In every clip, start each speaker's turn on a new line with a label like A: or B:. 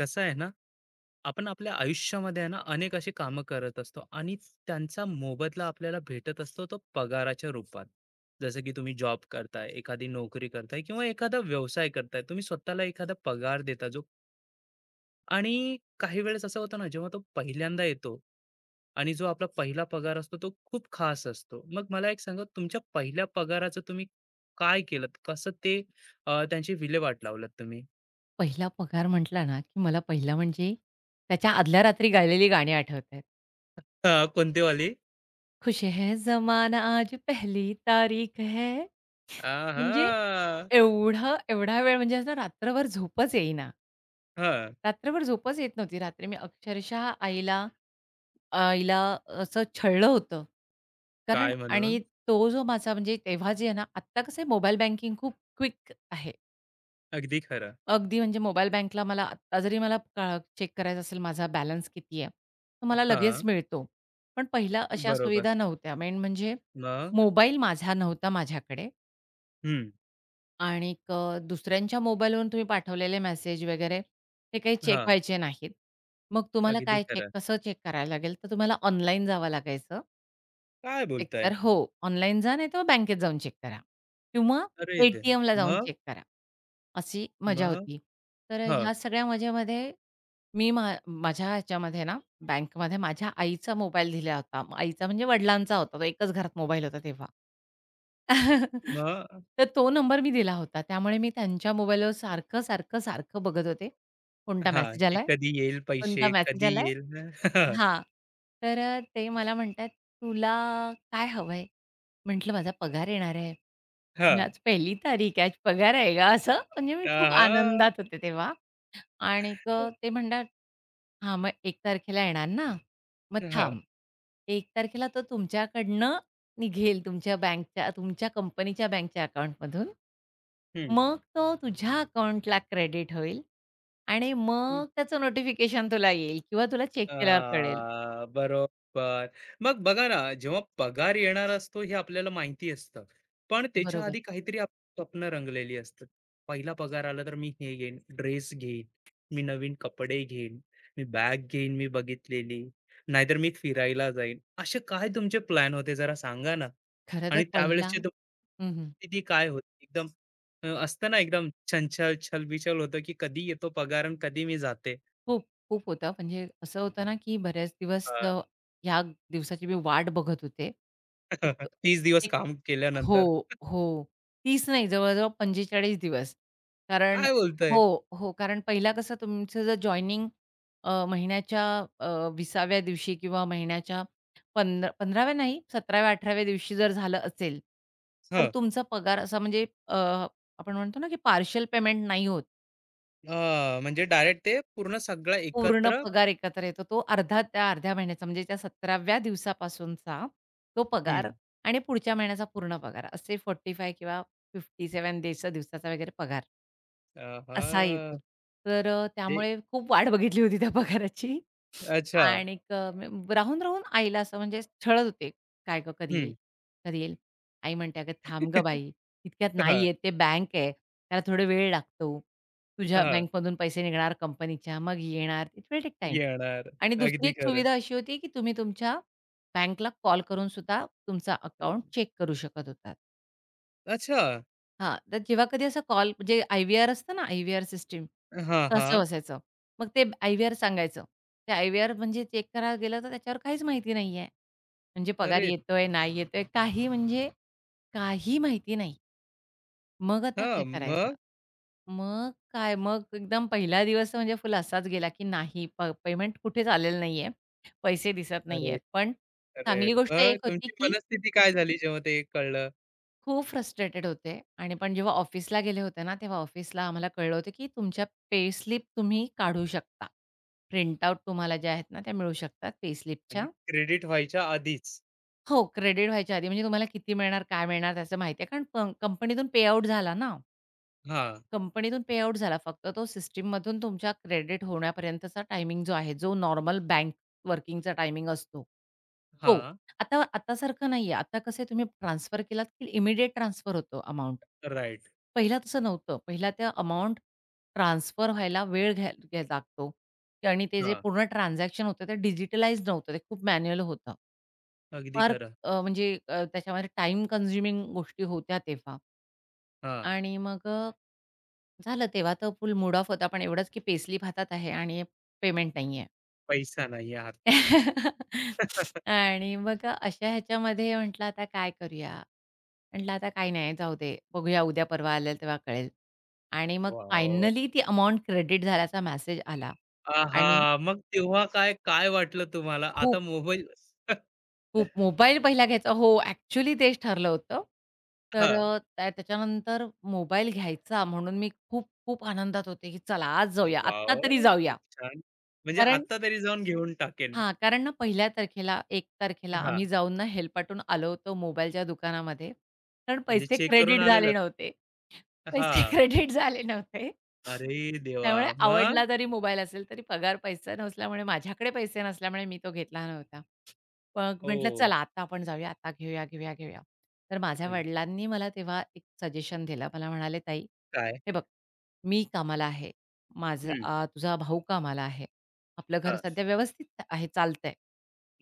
A: कसं आहे ना, आपण आपल्या आयुष्यामध्ये आहे ना, अनेक अशी कामं करत असतो आणि त्यांचा मोबदला आपल्याला भेटत असतो तो पगाराच्या रूपात. जसं की तुम्ही जॉब करताय, एखादी नोकरी करताय किंवा एखादा व्यवसाय करताय. तुम्ही स्वतःला एखादा पगार देता जो आणि काही वेळेस असं होतं ना, जेव्हा तो पहिल्यांदा येतो आणि जो आपला पहिला पगार असतो तो खूप खास असतो. मग मला एक सांगा तुमच्या पहिल्या पगाराचं तुम्ही काय केलत? कसं ते त्यांची विल्हेवाट लावलात तुम्ही?
B: पहिला पगार म्हटला ना, की मला पहिला म्हणजे त्याच्या आदल्या रात्री गायलेली गाणी आठवतायत.
A: हां, कोणती वाली?
B: खुश है जमाना आज पहली तारीख है. म्हणजे
A: आहा!
B: एवढा वेळ म्हणजे असं रात्रभर झोपच येईना.
A: हां,
B: रात्रभर झोपच येत नव्हती. रात्री मी अक्षरशः आईला आईला असं छळलं होतं. कारण
A: काय
B: आणि
A: म्हणून?
B: तो जो माझा म्हणजे तेव्हा जे आहे ना, आत्ता कसं मोबाईल बँकिंग खूप क्विक आहे.
A: अगदी खरं.
B: अगदी म्हणजे मोबाईल बँकला मला आत्ता जरी मला चेक करायचं असेल माझा बॅलन्स किती आहे, तर हं. मला लगेच
A: हां,
B: मिळतो. पण पहिला अच्छा. अशा
A: बरोबर.
B: सुविधा नव्हत्या. मेन म्हणजे
A: मग?
B: मोबाईल माझा नव्हता माझ्याकडे
A: हं,
B: आणि दुसऱ्यांच्या मोबाईलवरून तुम्ही पाठवलेले मेसेज वगैरे ते काही चेक
A: हां,
B: व्हायचे नाहीत. मग तुम्हाला
A: अगदी
B: काय चेक
A: खरं.
B: कसं चेक करायला लागेल, तर तुम्हाला ऑनलाईन जावं लागायचं.
A: काय बोलताय?
B: एकतर हो, ऑनलाईन जा नाहीतर मग बँकेत जाऊन चेक करा किंवा
A: अरे दे
B: ए-टी-एमला जाऊन
A: मग?
B: चेक करा. अशी मजा
A: मग?
B: होती. तर
A: हां,
B: ह्या सगळ्या मजेमध्ये मी मा माझ्या ह्याच्यामध्ये ना, बँकमध्ये माझ्या आईचा मोबाईल दिला होता. आईचा म्हणजे वडिलांचा होता. तो एकच घरात मोबाईल होता तेव्हा.
A: मग?
B: तर तो नंबर मी दिला होता. त्यामुळे मी त्यांच्या मोबाईलवर सारखं, सारखं, सारखं बघत होते. कोणता
A: हां,
B: मेसेज
A: की
B: आलाय?
A: कधी येईल
B: कोणता
A: पैसे,
B: मेसेज
A: कधी
B: आलाय?
A: येईल?
B: हां. तर ते मला म्हणतात, "तुला काय हवंय?" म्हटलं, "माझा पगार येणार आहे.
A: हां,
B: आज 1 तारीख आहे. आज पगार आहे का?" असं म्हणजे मी
A: हां,
B: खूप
A: आहा!
B: आनंदात होते तेव्हा. आणिक ते म्हणतात, "हां, मग 1 तारखेला येणार ना? मग
A: हां,
B: थांब. 1 तारखेला तो तुमच्याकडनं निघेल तुमच्या बँकच्या तुमच्या कंपनीच्या बँकच्या अकाउंटमधून.
A: हं.
B: मग तो तुझ्या अकाउंटला क्रेडिट होईल आणि मग त्याचं नोटिफिकेशन तुला येईल किंवा तुला चेक
A: अ,
B: केल्यावर कळेल."
A: बरोबर. मग बघा ना, जेव्हा पगार येणार असतो हे आपल्याला माहिती असतं. पण त्याच्या
B: बरोबर.
A: आधी काहीतरी आपली स्वप्न रंगलेली असतात. पहिला पगार आला तर मी हे घेईन, ड्रेस घेईन, मी नवीन कपडे घेईन, मी बॅग घेईन मी बघितलेली, नाहीतर मी फिरायला जाईन. असे काय तुमचे प्लॅन होते जरा सांगा ना?
B: खरं तर
A: आणि
B: पहिला
A: त्यावेळेसची तुम
B: हं, हं.
A: स्थिती काय होती? एकदम असतं ना एकदम छंछल, छलबिछल होतं, की कधी येतो पगार आणि कधी मी जाते?
B: खूप, खूप होता. म्हणजे असं होतं ना, की बऱ्याच दिवस ह्या दिवसाची मी वाट बघत होते. एक
A: 30 दिवस
B: एक
A: काम
B: हो,
A: केल्यानंतर.
B: हो. 30 नाही, जवळ-जवळ 45 दिवस. कारण
A: काय
B: हो,
A: बोलताय?
B: हो. कारण पहिला कसं तुमचं जर जॉइनिंग महिन्याच्या अ, 20व्या दिवशी किंवा महिन्याच्या 15व्या नाही, 17व्या-18व्या दिवशी जर झालं असेल, तर
A: हं.
B: तुमचा पगार असा म्हणजे आपण म्हणतो ना, की पार्शल पेमेंट नाही होत.
A: अ, म्हणजे डायरेक्ट ते पूर्ण सगळं
B: पूर्ण
A: एकत्र
B: पगार एकत्र येतो. तो अर्धा त्या अर्ध्या महिन्याचा म्हणजे त्या 17व्या दिवसापासूनचा तो
A: हं.
B: पगार आणि पुढच्या महिन्याचा पूर्ण पगार असे 45 किंवा 57 डेजचा दिवसाचा वगैरे पगार. असा
A: आहा!
B: येतो. तर
A: जे
B: त्यामुळे खूप वाट बघितली होती त्या पगाराची.
A: अच्छा.
B: आणि राहून-राहून आईला असं म्हणजे छळत होते, "काय गं कधी येईल?
A: हं.
B: कधी येईल?" आई म्हणते, "अगं थांब गं बाई, इतक्यात
A: हां,
B: नाही
A: हां.
B: येत. ते बँक आहे, त्याला थोडा वेळ लागतो. तुझ्या बँकमधून पैसे निघणार कंपनीच्या, मग येणार. It will take time."
A: येणार.
B: आणि दुसरी
A: अगदी
B: एक
A: खरं.
B: सुविधा अशी होती, की तुम्ही तुमच्या बँकला कॉल करून सुद्धा तुमचा अकाउंट चेक करू शकत होतात.
A: अच्छा.
B: हां, तर जेव्हा कधी असा कॉल म्हणजे आय-व्ही-आर असतं ना, आय-व्ही-आर सिस्टम,
A: हां, हां.
B: तसं बसायचं. मग ते आय-व्ही-आर सांगायचं. ते आय-व्ही-आर म्हणजे चेक करायला गेलं तर त्याच्यावर काहीच माहिती नाहीये. म्हणजे पगार
A: अरे!
B: येतोय, नाही येतोय, काही म्हणजे काही माहिती नाही. मग आता
A: हां,
B: काय करायचं?
A: मग?
B: मग काय, मग एकदम पहिला दिवस म्हणजे फुल असाच गेला, की नाही पेमेंट कुठेच आलेलं नाहीये. पैसे दिसत
A: अरे,
B: नाहीयेत. पण
A: अरे!
B: चांगली गोष्ट
A: मग
B: एक होती,
A: तुमची
B: की
A: मनस्थिती काय झाली जेव्हा ते कळलं?
B: खूप फ्रस्ट्रेटेड होते आणि पण जेव्हा ऑफिसला गेले होते ना, तेव्हा ऑफिसला आम्हाला कळलं होतं, की तुमच्या पेस्लिप तुम्ही काढू शकता. प्रिंटआउट तुम्हाला ज्या आहेत ना, त्या मिळू शकतात पेस्लिपच्या.
A: म्हणजे क्रेडिट व्हायच्या आधीच.
B: हो, क्रेडिट व्हायच्या आधी म्हणजे तुम्हाला किती मिळणार, काय मिळणार त्याचं माहिती आहे. कारण कंपनीतून पे आउट झाला ना.
A: हां,
B: कंपनीतून पे आउट झाला. फक्त तो सिस्टममधून तुमच्या क्रेडिट होण्यापर्यंतचा टायमिंग जो आहे, जो नॉर्मल बँक वर्किंगचा टायमिंग असतो, तो.
A: हां.
B: आता आतासारखं नाहीये. आता कसे तुम्ही ट्रान्सफर केलात, की इमिडिएट ट्रान्सफर होतो अमाउंट.
A: राइट.
B: पहिला तसं नव्हतं. पहिला त्या अमाउंट ट्रान्सफर व्हायला वेळ घ्या घ्या लागतो आणि ते जे
A: हां.
B: पूर्ण ट्रान्झॅक्शन होतं, ते डिजिटलाइज्ड नव्हतं. ते खूप मॅन्युअल होतं.
A: अगदी
B: फार
A: खरं.
B: म्हणजे त्याच्यामध्ये टाईम कन्झ्युमिंग गोष्टी होत्या तेव्हा.
A: हां.
B: आणि मग झालं तेव्हा तर फुल मूड ऑफ होता. पण एवढंच की पेसलीप हातात आहे आणि पेमेंट नाहीये.
A: पैसा नाही हातात.
B: आणि मग अशा ह्याच्यामध्ये म्हटलं आता काय करूया? म्हटलं आता काही नाही जाऊ दे. बघूया उद्या परवा आलं तेव्हा कळेल. आणि मग
A: वॉव!
B: फायनली ती अमाउंट क्रेडिट झाल्याचा मेसेज आला आणि
A: आहा! मग तेव्हा काय, काय वाटलं तुम्हाला? आता
B: खूप
A: मोबाईल
B: खूप मोबाईल पहिला घ्यायचा हो, ॲक्चुअली तेच ठरलं होतं. तर
A: हां.
B: त्याच्यानंतर मोबाईल घ्यायचा म्हणून मी खूप खूप आनंदात होते, की चला आज जाऊया, आत्ता तरी
A: वॉव! खूप
B: जाऊया.
A: छान. म्हणजे
B: कारण
A: आत्ता तरी जाऊन घेऊन टाकेन.
B: हां, कारण ना 1 तारखेला हां. आम्ही
A: हां.
B: जाऊन ना हेलपाटून आलो होतो मोबाईलच्या दुकानामध्ये. कारण
A: म्हणजे
B: पैसे
A: चेक करून
B: क्रेडिट झाले
A: आलेलात.
B: नव्हते. पैसे
A: हां.
B: क्रेडिट झाले नव्हते.
A: अरे देवा!
B: त्यामुळे
A: मग?
B: आवडला जरी मोबाईल असेल, तरी पगार पैसा नसल्यामुळे माझ्याकडे पैसे नसल्यामुळे मी तो घेतला नव्हता. मग म्हटलं
A: हो.
B: चला आता आपण जाऊया, आता घेऊया, घेऊया, घेऊया. तर माझ्या
A: हं.
B: वडिलांनी मला तेव्हा एक सजेशन दिलं. मला म्हणाले, "ताई,
A: काय?
B: हे बघ मी कामाला आहे. माझा
A: हं.
B: तुझा भाऊ कामाला आहे. आपलं घर
A: हां.
B: सध्या व्यवस्थित आहे, चालतंय.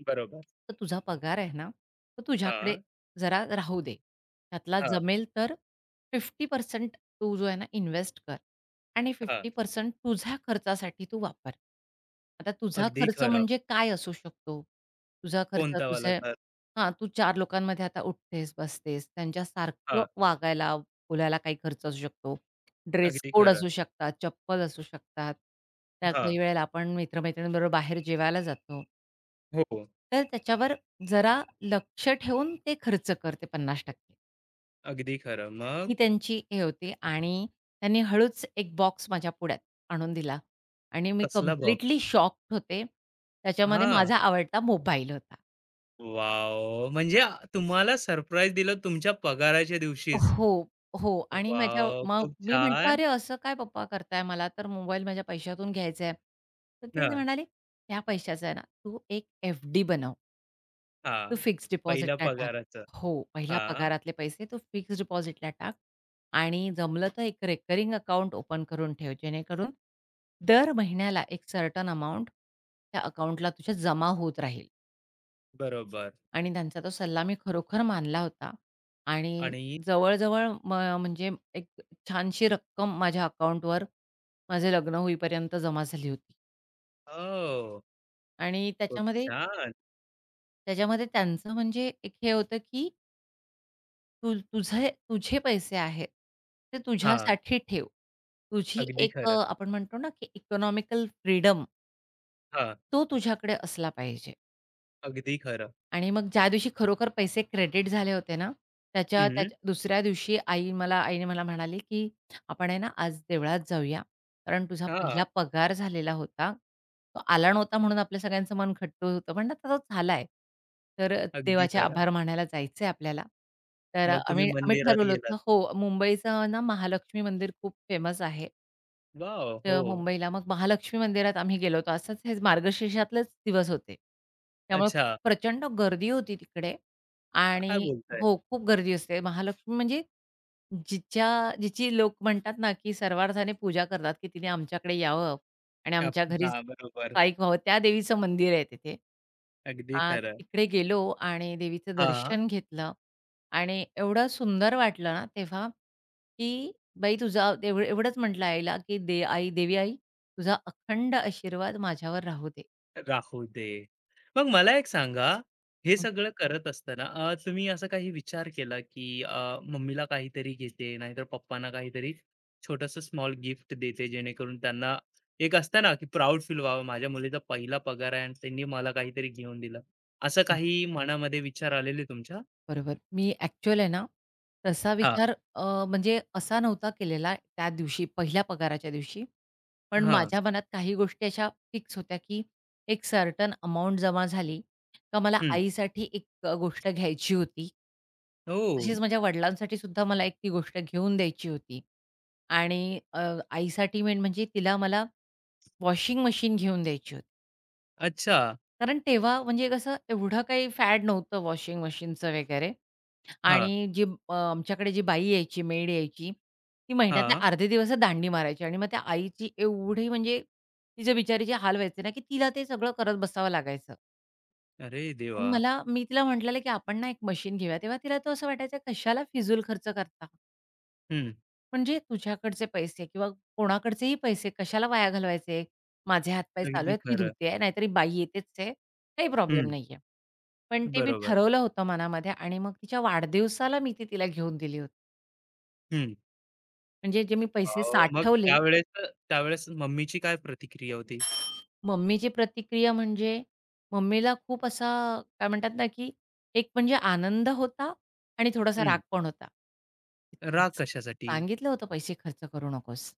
A: बरोबर.
B: तर तुझा पगार आहे ना, तर तुझ्याकडे
A: हां,
B: जरा राहू दे. त्यातला
A: हां,
B: जमेल तर 50% तू जो आहे ना इन्व्हेस्ट कर आणि
A: हां.
B: 50% तुझ्या खर्चासाठी तू वापर. आता तुझा
A: अगदी
B: खर्च
A: खरं.
B: म्हणजे काय असू शकतो? तुझा खर्च
A: कोणतावाला
B: तुझे
A: घर?
B: हां, तू 4 लोकांमध्ये आता उठतेस, बसतेस, त्यांच्यासारखं
A: हां.
B: वागायला, बोलायला काही खर्च असू शकतो. ड्रेस
A: अगदी
B: कोड
A: खरं.
B: असू शकतात, चप्पल असू शकतात. त्या
A: हां.
B: काही वेळेला आपण मित्र बाहेर जेवायला जातो.
A: हो.
B: तर त्याच्यावर जरा लक्ष ठेवून ते खर्च करते 50%
A: अगदी खरं. मग?
B: ही त्यांची हे होती आणि त्यांनी हळूच एक बॉक्स माझ्या पुढ्यात आणून दिला आणि मी
A: कसला बॉक्स?
B: कंप्लीटली शॉक्ड होते. त्याच्यामध्ये
A: हां.
B: माझा आवडता मोबाईल होता.
A: वॉव! म्हणजे आ- तुम्हाला सरप्राईज दिलं तुमच्या पगाराच्या दिवशीच.
B: हो, हो. आणि माझ्या
A: वॉव!
B: मग
A: खूप
B: मी म्हटलं, "अरे,
A: छान.
B: असं काय पप्पा करताय? मला तर मोबाईल माझ्या पैशातून घ्यायचा आहे." तर ते
A: हां,
B: म्हणाले, "त्या पैशाचा आहे ना, तू एक एफ-डी बनव."
A: हां.
B: "तू फिक्स्ड
A: पहिलं
B: डिपॉझिटला टाक."
A: पगाराचं.
B: हो, पहिल्या
A: हां,
B: पगारातले पैसे तू फिक्स्ड डिपॉझिटला टाक आणि जमलं तर एक रिकरिंग अकाउंट ओपन करून ठेव, जेणेकरून दर महिन्याला एक सर्टन अमाउंट त्या अकाउंटला तुझ्या जमा होत राहील.
A: बरोबर
B: आणि त्यांचा तो सल्ला मी खरोखर मानला होता आणि
A: आणि
B: जवळ-जवळ म्हणजे एक छानशी रक्कम माझ्या अकाउंटवर माझं लग्न होईपर्यंत जमा झाली होती.
A: हो,
B: आणि
A: खूप
B: त्याच्यामध्ये
A: छान.
B: त्याच्यामध्ये त्यांचं म्हणजे एक हे होतं, की तू तुझे तुझे पैसे आहेत, ते
A: हां,
B: तुझ्यासाठी ठेव. तुझी
A: अगदी
B: एक
A: खरं.
B: आपण म्हणतो ना, की इकॉनॉमिकल फ्रीडम
A: हां,
B: तो तुझ्याकडे असला पाहिजे.
A: अगदी खरं.
B: आणि मग ज्या दिवशी खरोखर पैसे क्रेडिट झाले होते ना, त्याच्या
A: हं,
B: त्याच्या दुसऱ्या दिवशी आई मला आईने मला म्हणाली, की "आपण आहे ना आज देवळात जाऊया, कारण तुझा
A: हां,
B: पहिला पगार झालेला होता. तो आला नव्हता म्हणून आपल्या सगळ्यांचं मन खट्टू होतं. म्हणलं आता तो झालाय. तर
A: अगदी
B: देवाचे
A: खरं.
B: आभार मानायला जायचंय आपल्याला." तर
A: मग तुम्ही
B: आम्ही आम्ही
A: मंदिरात
B: ठरवलं
A: गेलात.
B: होतं हो, मुंबईचं ना महालक्ष्मी मंदिर खूप फेमस आहे.
A: वॉव! हो.
B: मुंबईला मग महालक्ष्मी मंदिरात आम्ही गेलो होतो. असंच हे मार्गशीर्षातलेच दिवस होते. त्यामुळे
A: अच्छा,
B: प्रचंड गर्दी होती तिकडे
A: काय
B: आणि
A: बोलताय?
B: हो, खूप गर्दी असते. महालक्ष्मी म्हणजे जिच्या जिची लोक म्हणतात ना, की सर्वार्थाने पूजा करतात, की तिने आमच्याकडे यावं आणि
A: आप
B: आमच्या घरी
A: हां, बरोबर.
B: स्थायिक व्हावं. त्या देवीचं मंदिर आहे तिथे.
A: अगदी
B: तर
A: खरं.
B: तिकडे गेलो आणि देवीचं
A: हां.
B: दर्शन घेतलं आणि एवढं सुंदर वाटलं ना तेव्हा, की "बाई तुझा" एवढंच म्हटलं आईला, की "दे आई देवी आई, तुझा अखंड आशीर्वाद माझ्यावर राहू दे."
A: राहू दे. मग मला एक सांगा, हे
B: हं.
A: सगळं करत असताना तुम्ही असा काही विचार केला, की मम्मीला काहीतरी घेते, नाहीतर पप्पांना काहीतरी छोटंसं स्मॉल गिफ्ट देते, जेणेकरून त्यांना एक असतं ना, की प्राउड फील व्हावं, माझ्या मुलीचा पहिला पगार आहे आणि त्यांनी मला काहीतरी घेऊन दिलं. असं काही मनामध्ये विचार आलेले तुमच्या?
B: बरोबर. मी ॲक्चुअल आहे ना, तसा
A: हां,
B: विचार म्हणजे असा नव्हता केलेला त्या दिवशी, पहिल्या पगाराच्या दिवशी. पण
A: हां.
B: माझ्या मनात काही गोष्टी अशा फिक्स होत्या, की एक सर्टन अमाउंट जमा झाली का मला
A: हं.
B: आईसाठी एक गोष्ट घ्यायची होती.
A: ओह!
B: तशीच माझ्या वडिलांसाठी सुद्धा मला एक ती गोष्ट घेऊन द्यायची होती. आणि आईसाठी मेन म्हणजे तिला मला वॉशिंग मशीन घेऊन द्यायची होती.
A: अच्छा.
B: कारण तेव्हा म्हणजे कसं एवढं काही फॅड नव्हतं वॉशिंग मशीनचं वगैरे.
A: हां,
B: आणि जी आमच्याकडे जी बाई यायची, मेड यायची, ती महिन्यातले
A: हां.
B: अर्धे दिवस दांडी मारायची आणि मग त्या आईची एवढी म्हणजे तिचे बिचारीचे हाल व्हायचे ना, की तिला ते सगळं करत बसावं लागायचं.
A: अरे
B: पण
A: देवा!
B: मला मी तिला म्हटलेलं, की "आपण ना एक मशीन घेऊया." तेव्हा तिला तो असं वाटायचं, "कशाला फिजूल खर्च करता?
A: हं.
B: म्हणजे तुझ्याकडचे पैसे किंवा कोणाकडचेही पैसे कशाला वाया घालवायचे? माझे हातपाय चालू
A: अगदी
B: आहेत, मी
A: खरं.
B: धुते आहे, नाहीतरी बाई येतेच आहे, काही प्रॉब्लेम
A: हं.
B: नाहीये." पण ते मी
A: बरोबर.
B: ठरवलं होतं मनामध्ये आणि मग तिच्या वाढदिवसाला मी ती तिला घेऊन दिली होती.
A: हं.
B: म्हणजे जे मी पैसे
A: अहो, मग
B: साठवले,
A: त्यावेळेस त्यावेळेस मम्मीची काय प्रतिक्रिया होती?
B: मम्मीची प्रतिक्रिया म्हणजे मम्मीला खूप असा काय म्हणतात ना, की एक म्हणजे आनंद होता आणि थोडासा राग
A: हं,
B: पण होता.
A: राग कशासाठी?
B: सांगितलं होतं, "पैसे खर्च करू नकोस."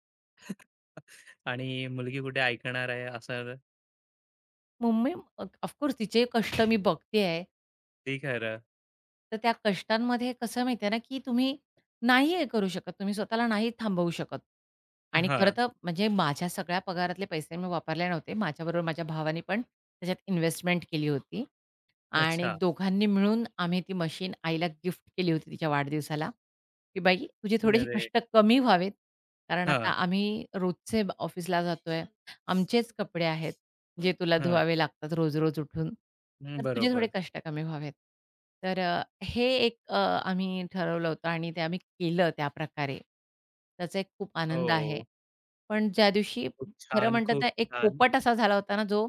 A: आणि मुलगी कुठे ऐकणार आहे असं
B: मम्मी ऑफकोर्स तिचे कष्ट मी बघते आहे,
A: ते खरं.
B: तर त्या कष्टांमध्ये कसं माहिती आहे ना, की तुम्ही नाही हे करू शकत, तुम्ही स्वतःला नाही थांबवू शकत. आणि खरं
A: हां,
B: तर म्हणजे माझ्या सगळ्या पगारातले पैसे मी वापरले नव्हते. माझ्याबरोबर माझ्या भावाने पण त्याच्यात इन्व्हेस्टमेंट केली होती. आणि
A: अच्छा.
B: दोघांनी मिळून आम्ही ती मशीन आईला गिफ्ट केली होती तिच्या वाढदिवसाला, की "बाई तुझे थोडेसे
A: अरे!
B: कष्ट कमी व्हावेत, कारण आता
A: हां,
B: आम्ही रोजचे ऑफिसला जातोय. आमचेच कपडे आहेत, जे तुला
A: हां.
B: धुवावे लागतात रोज-रोज उठून.
A: हं,
B: तर तुझे थोडे
A: बरोबर.
B: कष्ट कमी व्हावेत." तर हे एक आम्ही ठरवलं होतं आणि ते आम्ही केलं त्याप्रकारे. त्याचा एक खूप आनंद आहे.
A: हो.
B: पण ज्या दिवशी
A: खूप
B: खरं
A: छान,
B: म्हणतात
A: खूप
B: ना, एक
A: छान.
B: पोपट असा झाला होता ना, जो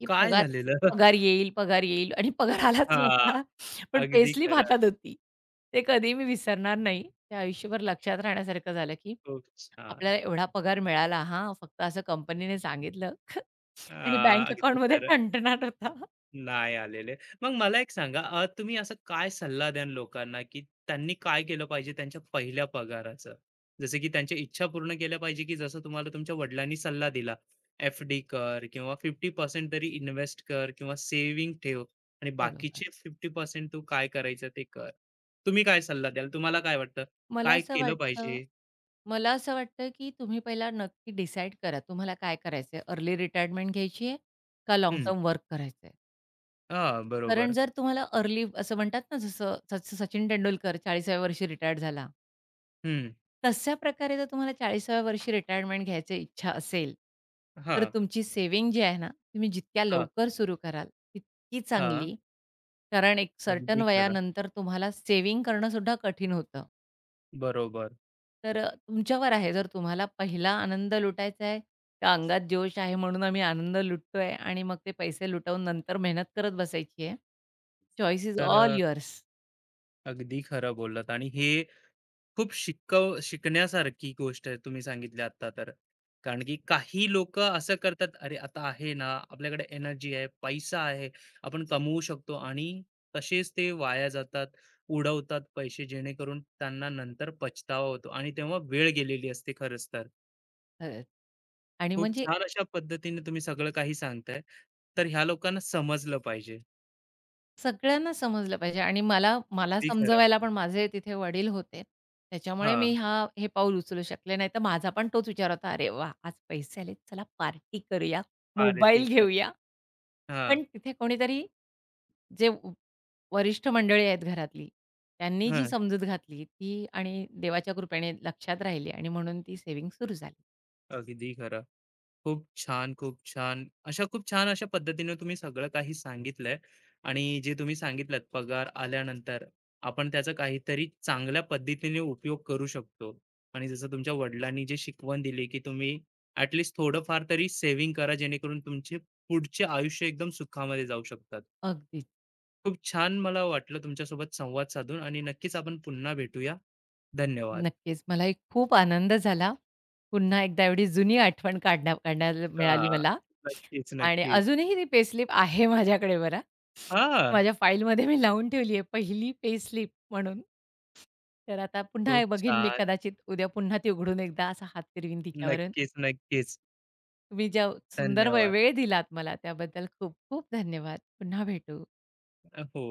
B: की
A: काय
B: पगार
A: झालेलं?
B: पगार येईल आणि पगार आलाच
A: हां,
B: नव्हता. पण
A: अगदी
B: पेसलीप
A: खरं.
B: हातात होती. ते कधीही मी विसरणार नाही. ते आयुष्यभर लक्षात राहण्यासारखं झालं, की
A: खूप छान.
B: आपल्याला एवढा पगार मिळाला हां, फक्त असं कंपनीने सांगितलं
A: अ,
B: आणि बँक
A: अगदी
B: अकाउंटमध्ये
A: खरं.
B: ठणठणाट होता.
A: नाही आलेले. मग मला एक सांगा तुम्ही असं काय सल्ला द्याल लोकांना, की त्यांनी काय केलं पाहिजे त्यांच्या पहिल्या पगाराचं? जसं की त्यांच्या इच्छा पूर्ण केल्या पाहिजे, की जसं तुम्हाला तुमच्या वडिलांनी सल्ला दिला, एफ-डी कर किंवा 50% तरी इन्व्हेस्ट कर किंवा सेव्हिंग ठेव आणि
B: बरोबर.
A: बाकीचे 50% तू काय करायचं ते कर. तुम्ही काय सल्ला द्याल? तुम्हाला काय वाटतं?
B: मला
A: काय
B: असं
A: केलं
B: वाटतं
A: पाहिजे?
B: मला असं वाटतं, की तुम्ही पहिला नक्की डिसाईड करा, तुम्हाला काय करायचंय? अर्ली रिटायरमेंट घ्यायची आहे का लाँग
A: हं.
B: टर्म वर्क करायचंय?
A: हां,
B: कारण
A: बरोबर.
B: जर तुम्हाला अर्ली असं म्हणतात ना, जसं जसं सचिन तेंडुलकर 40व्या वर्षी रिटायर्ड झाला.
A: हं.
B: तशा प्रकारे जर तुम्हाला 40व्या वर्षी रिटायरमेंट घ्यायची इच्छा असेल, तर
A: हां,
B: तुमची सेव्हिंग जी आहे ना, तुम्ही जितक्या
A: हां,
B: लवकर सुरू कराल, तितकी
A: हां.
B: चांगली. कारण एक सर्टन
A: अगदी खरं.
B: वयानंतर तुम्हाला सेव्हिंग करणंसुद्धा कठीण होतं.
A: बरोबर.
B: तर तुमच्यावर आहे. जर तुम्हाला पहिला आनंद लुटायचा आहे, तर अंगात जोश आहे म्हणून आम्ही आनंद लुटतोय आणि मग ते पैसे लुटवून नंतर मेहनत करत बसायची आहे. चॉईस इज ऑल
A: तर
B: युअर्स.
A: अगदी खरं बोललात आणि हे खूप शिकण्यासारखी गोष्ट आहे तुम्ही सांगितली आता तर कारण की काही लोक असं करतात अरे आता आहे ना आपल्याकडे एनर्जी आहे पैसा आहे आपण कमवू शकतो आणि तसेच ते वाया जातात उडवतात पैसे जेणेकरून त्यांना नंतर पछतावा होतो आणि तेव्हा वेळ गेलेली असते खरंच तर
B: खरंच. आणि
A: खूप
B: म्हणजे
A: छान अशा पद्धतीने तुम्ही सगळं काही सांगताय तर ह्या लोकांना समजलं पाहिजे
B: सगळ्यांना समजलं पाहिजे आणि मला मला
A: अगदी खरं
B: समजवायला पण माझे तिथे वडील होते. त्याच्यामुळे
A: हा
B: मी हे पाऊल उचलू शकले. नाहीतर माझा पण तोच विचार होता, "अरे वा, आज पैसे आले चला पार्टी करूया,
A: पार्टी
B: मोबाईल
A: करते
B: घेऊया."
A: हा
B: पण तिथे कोणीतरी जे वरिष्ठ मंडळी आहेत घरातली, त्यांनी
A: हा
B: जी समजूत घातली ती आणि देवाच्या कृपेने लक्षात राहिली आणि म्हणून ती सेव्हिंग सुरू झाली.
A: अगदी खरं खूप छान, खूप छान. अशा खूप छान अशा पद्धतीने तुम्ही सगळं काही सांगितलंय आणि जे तुम्ही सांगितलंत पगार आल्यानंतर आपण त्याचा काहीतरी चांगल्या पद्धतीने उपयोग करू शकतो आणि जसं तुमच्या वडिलांनी जे शिकवण दिली, की तुम्ही ॲट थोडंफार तरी सेव्हिंग करा जेणेकरून तुमचे पुढचे आयुष्य एकदम सुखामध्ये जाऊ शकतात.
B: अगदीच.
A: खूप छान मला वाटलं तुमच्यासोबत संवाद साधून आणि नक्कीच आपण पुन्हा भेटूया. धन्यवाद.
B: नक्कीच. मलाही खूप आनंद झाला. पुन्हा एकदा एवढी जुनी आठवण काढण्याला मिळाली
A: हां.
B: मला
A: नक्कीच,
B: आणि
A: नक्कीच.
B: अजूनही ती पेस्लिप आहे माझ्याकडे बरा,
A: हां.
B: माझ्या फाईलमध्ये मी लावून ठेवली आहे पहिली पेस्लिप म्हणून. तर आता पुन्हा
A: खूप
B: बघीन मी
A: छान.
B: कदाचित उद्या पुन्हा ती उघडून एकदा असा हात फिरवीन तिच्यावरून.
A: नक्कीच, नक्कीच.
B: तुम्ही ज्या सुंदर
A: धन्यवाद.
B: वेळ दिलात मला त्याबद्दल खूप खूप धन्यवाद. पुन्हा भेटू.
A: अ, हो.